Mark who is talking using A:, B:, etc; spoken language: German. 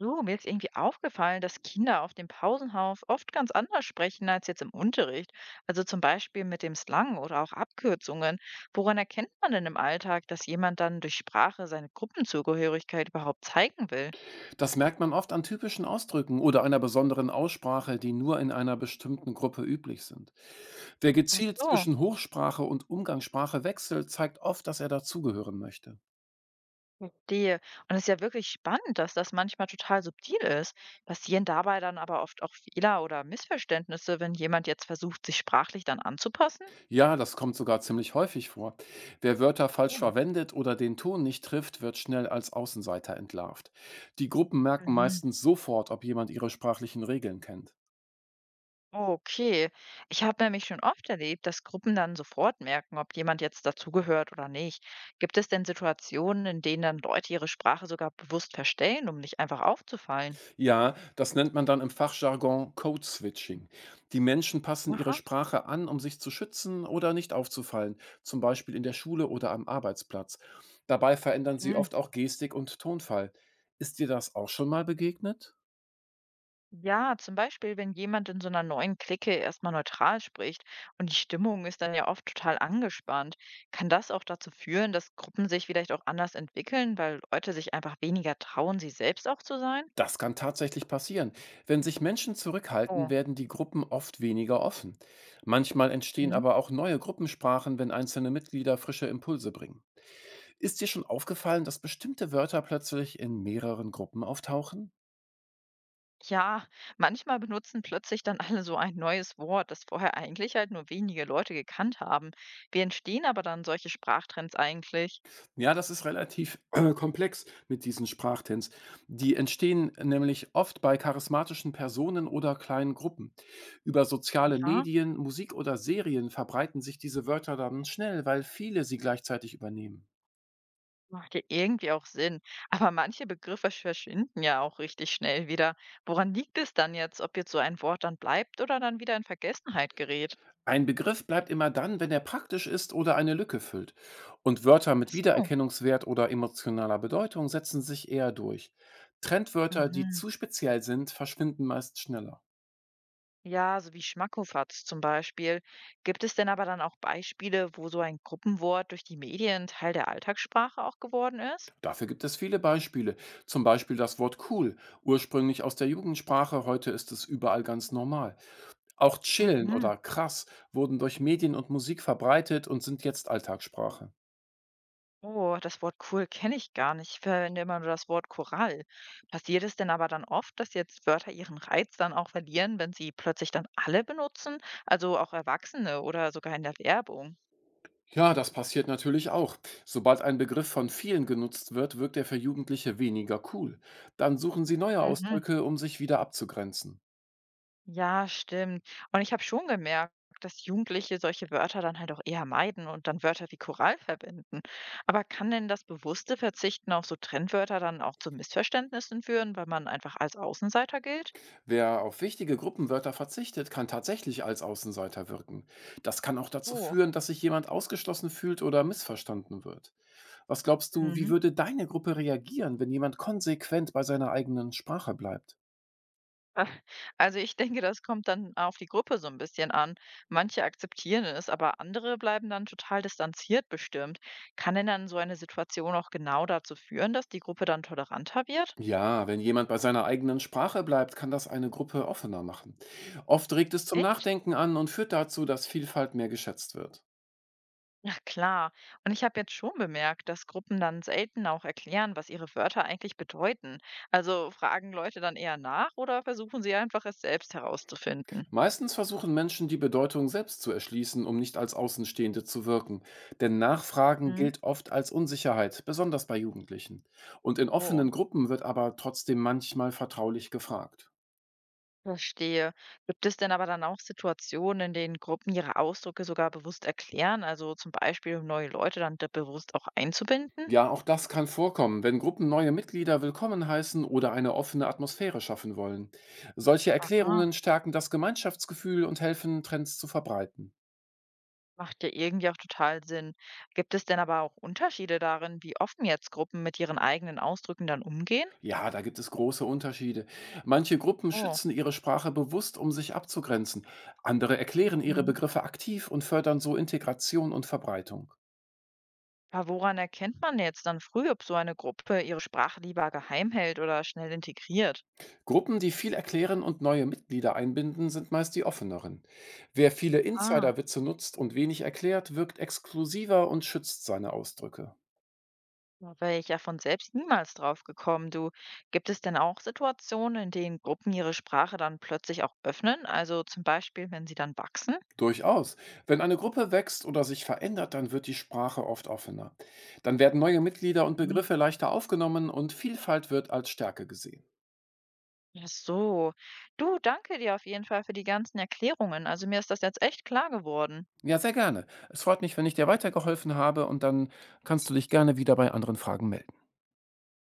A: So, mir ist irgendwie aufgefallen, dass Kinder auf dem Pausenhof oft ganz anders sprechen als jetzt im Unterricht. Also zum Beispiel mit dem Slang oder auch Abkürzungen. Woran erkennt man denn im Alltag, dass jemand dann durch Sprache seine Gruppenzugehörigkeit überhaupt zeigen will?
B: Das merkt man oft an typischen Ausdrücken oder einer besonderen Aussprache, die nur in einer bestimmten Gruppe üblich sind. Wer
A: Ach
B: gezielt
A: so,
B: zwischen Hochsprache und Umgangssprache wechselt, zeigt oft, dass er dazugehören möchte.
A: verstehe. Und es ist ja wirklich spannend, dass das manchmal total subtil ist. Passieren dabei dann aber oft auch Fehler oder Missverständnisse, wenn jemand jetzt versucht, sich sprachlich dann anzupassen?
B: Ja, das kommt sogar ziemlich häufig vor. Wer Wörter falsch
A: Oh.
B: verwendet oder den Ton nicht trifft, wird schnell als Außenseiter entlarvt. Die Gruppen merken
A: Mhm.
B: meistens sofort, ob jemand ihre sprachlichen Regeln kennt.
A: Okay. Ich habe nämlich schon oft erlebt, dass Gruppen dann sofort merken, ob jemand jetzt dazugehört oder nicht. Gibt es denn Situationen, in denen dann Leute ihre Sprache sogar bewusst verstellen, um nicht einfach aufzufallen?
B: Ja, das nennt man dann im Fachjargon Code Switching. Die Menschen passen ihre
A: Aha.
B: Sprache an, um sich zu schützen oder nicht aufzufallen, zum Beispiel in der Schule oder am Arbeitsplatz. Dabei verändern sie
A: Mhm.
B: oft auch Gestik und Tonfall. Ist dir das auch schon mal begegnet?
A: Ja, zum Beispiel, wenn jemand in so einer neuen Clique erstmal neutral spricht und die Stimmung ist dann ja oft total angespannt, kann das auch dazu führen, dass Gruppen sich vielleicht auch anders entwickeln, weil Leute sich einfach weniger trauen, sie selbst auch zu sein?
B: Das kann tatsächlich passieren. Wenn sich Menschen zurückhalten,
A: Oh.
B: werden die Gruppen oft weniger offen. Manchmal entstehen
A: Mhm.
B: aber auch neue Gruppensprachen, wenn einzelne Mitglieder frische Impulse bringen. Ist dir schon aufgefallen, dass bestimmte Wörter plötzlich in mehreren Gruppen auftauchen?
A: Ja, manchmal benutzen plötzlich dann alle so ein neues Wort, das vorher eigentlich halt nur wenige Leute gekannt haben. Wie entstehen aber dann solche Sprachtrends eigentlich?
B: Ja, das ist relativ komplex mit diesen Sprachtrends. Die entstehen nämlich oft bei charismatischen Personen oder kleinen Gruppen. Über soziale
A: Ja,
B: Medien, Musik oder Serien verbreiten sich diese Wörter dann schnell, weil viele sie gleichzeitig übernehmen.
A: macht ja irgendwie auch Sinn. Aber manche Begriffe verschwinden ja auch richtig schnell wieder. Woran liegt es dann jetzt, ob jetzt so ein Wort dann bleibt oder dann wieder in Vergessenheit gerät?
B: Ein Begriff bleibt immer dann, wenn er praktisch ist oder eine Lücke füllt. Und Wörter
A: Ach
B: mit
A: so.
B: Wiedererkennungswert oder emotionaler Bedeutung setzen sich eher durch. Trendwörter, die
A: Mhm.
B: zu speziell sind, verschwinden meist schneller.
A: Ja, so wie Schmackofatz zum Beispiel. Gibt es denn aber dann auch Beispiele, wo so ein Gruppenwort durch die Medien Teil der Alltagssprache auch geworden ist?
B: Dafür gibt es viele Beispiele. Zum Beispiel das Wort cool, ursprünglich aus der Jugendsprache, heute ist es überall ganz normal. Auch chillen
A: Mhm.
B: oder krass wurden durch Medien und Musik verbreitet und sind jetzt Alltagssprache.
A: Oh, das Wort cool kenne ich gar nicht. Ich verwende immer nur das Wort Korall. Passiert es denn aber dann oft, dass jetzt Wörter ihren Reiz dann auch verlieren, wenn sie plötzlich dann alle benutzen? Also auch Erwachsene oder sogar in der Werbung?
B: Ja, das passiert natürlich auch. Sobald ein Begriff von vielen genutzt wird, wirkt er für Jugendliche weniger cool. Dann suchen sie neue
A: Mhm.
B: Ausdrücke, um sich wieder abzugrenzen.
A: Ja, stimmt. Und ich habe schon gemerkt, dass Jugendliche solche Wörter dann halt auch eher meiden und dann Wörter wie Korall verwenden. Aber kann denn das bewusste Verzichten auf so Trendwörter dann auch zu Missverständnissen führen, weil man einfach als Außenseiter gilt?
B: Wer auf wichtige Gruppenwörter verzichtet, kann tatsächlich als Außenseiter wirken. Das kann auch dazu
A: Oh.
B: führen, dass sich jemand ausgeschlossen fühlt oder missverstanden wird. Was glaubst du, wie
A: Mhm.
B: würde deine Gruppe reagieren, wenn jemand konsequent bei seiner eigenen Sprache bleibt?
A: Ach, also ich denke, das kommt dann auf die Gruppe so ein bisschen an. Manche akzeptieren es, aber andere bleiben dann total distanziert bestimmt. Kann denn dann so eine Situation auch genau dazu führen, dass die Gruppe dann toleranter wird?
B: Ja, wenn jemand bei seiner eigenen Sprache bleibt, kann das eine Gruppe offener machen. Oft regt es zum
A: Echt?
B: Nachdenken an und führt dazu, dass Vielfalt mehr geschätzt wird.
A: Na klar. Und ich habe jetzt schon bemerkt, dass Gruppen dann selten auch erklären, was ihre Wörter eigentlich bedeuten. Also fragen Leute dann eher nach oder versuchen sie einfach, es selbst herauszufinden?
B: Meistens versuchen Menschen, die Bedeutung selbst zu erschließen, um nicht als Außenstehende zu wirken. Denn Nachfragen
A: Mhm.
B: gilt oft als Unsicherheit, besonders bei Jugendlichen. Und in
A: Oh.
B: offenen Gruppen wird aber trotzdem manchmal vertraulich gefragt.
A: Verstehe. Gibt es denn aber dann auch Situationen, in denen Gruppen ihre Ausdrücke sogar bewusst erklären? Also zum Beispiel, um neue Leute dann da bewusst auch einzubinden?
B: Ja, auch das kann vorkommen, wenn Gruppen neue Mitglieder willkommen heißen oder eine offene Atmosphäre schaffen wollen. Solche Erklärungen
A: Aha,
B: stärken das Gemeinschaftsgefühl und helfen, Trends zu verbreiten.
A: macht ja irgendwie auch total Sinn. Gibt es denn aber auch Unterschiede darin, wie offen jetzt Gruppen mit ihren eigenen Ausdrücken dann umgehen?
B: Ja, da gibt es große Unterschiede. Manche Gruppen
A: Oh,
B: schützen ihre Sprache bewusst, um sich abzugrenzen. Andere erklären ihre
A: mhm.
B: Begriffe aktiv und fördern so Integration und Verbreitung.
A: Aber woran erkennt man jetzt dann früh, ob so eine Gruppe ihre Sprache lieber geheim hält oder schnell integriert?
B: Gruppen, die viel erklären und neue Mitglieder einbinden, sind meist die offeneren. Wer viele
A: Ah.
B: Insiderwitze nutzt und wenig erklärt, wirkt exklusiver und schützt seine Ausdrücke.
A: Da wäre ich ja von selbst niemals drauf gekommen. Du, gibt es denn auch Situationen, in denen Gruppen ihre Sprache dann plötzlich auch öffnen? Also zum Beispiel, wenn sie dann wachsen?
B: Durchaus. Wenn eine Gruppe wächst oder sich verändert, dann wird die Sprache oft offener. Dann werden neue Mitglieder und
A: Mhm.
B: Begriffe leichter aufgenommen und Vielfalt wird als Stärke gesehen.
A: Ja, so. Du, danke dir auf jeden Fall für die ganzen Erklärungen. Also mir ist das jetzt echt klar geworden.
B: Ja, sehr gerne. Es freut mich, wenn ich dir weitergeholfen habe und dann kannst du dich gerne wieder bei anderen Fragen melden.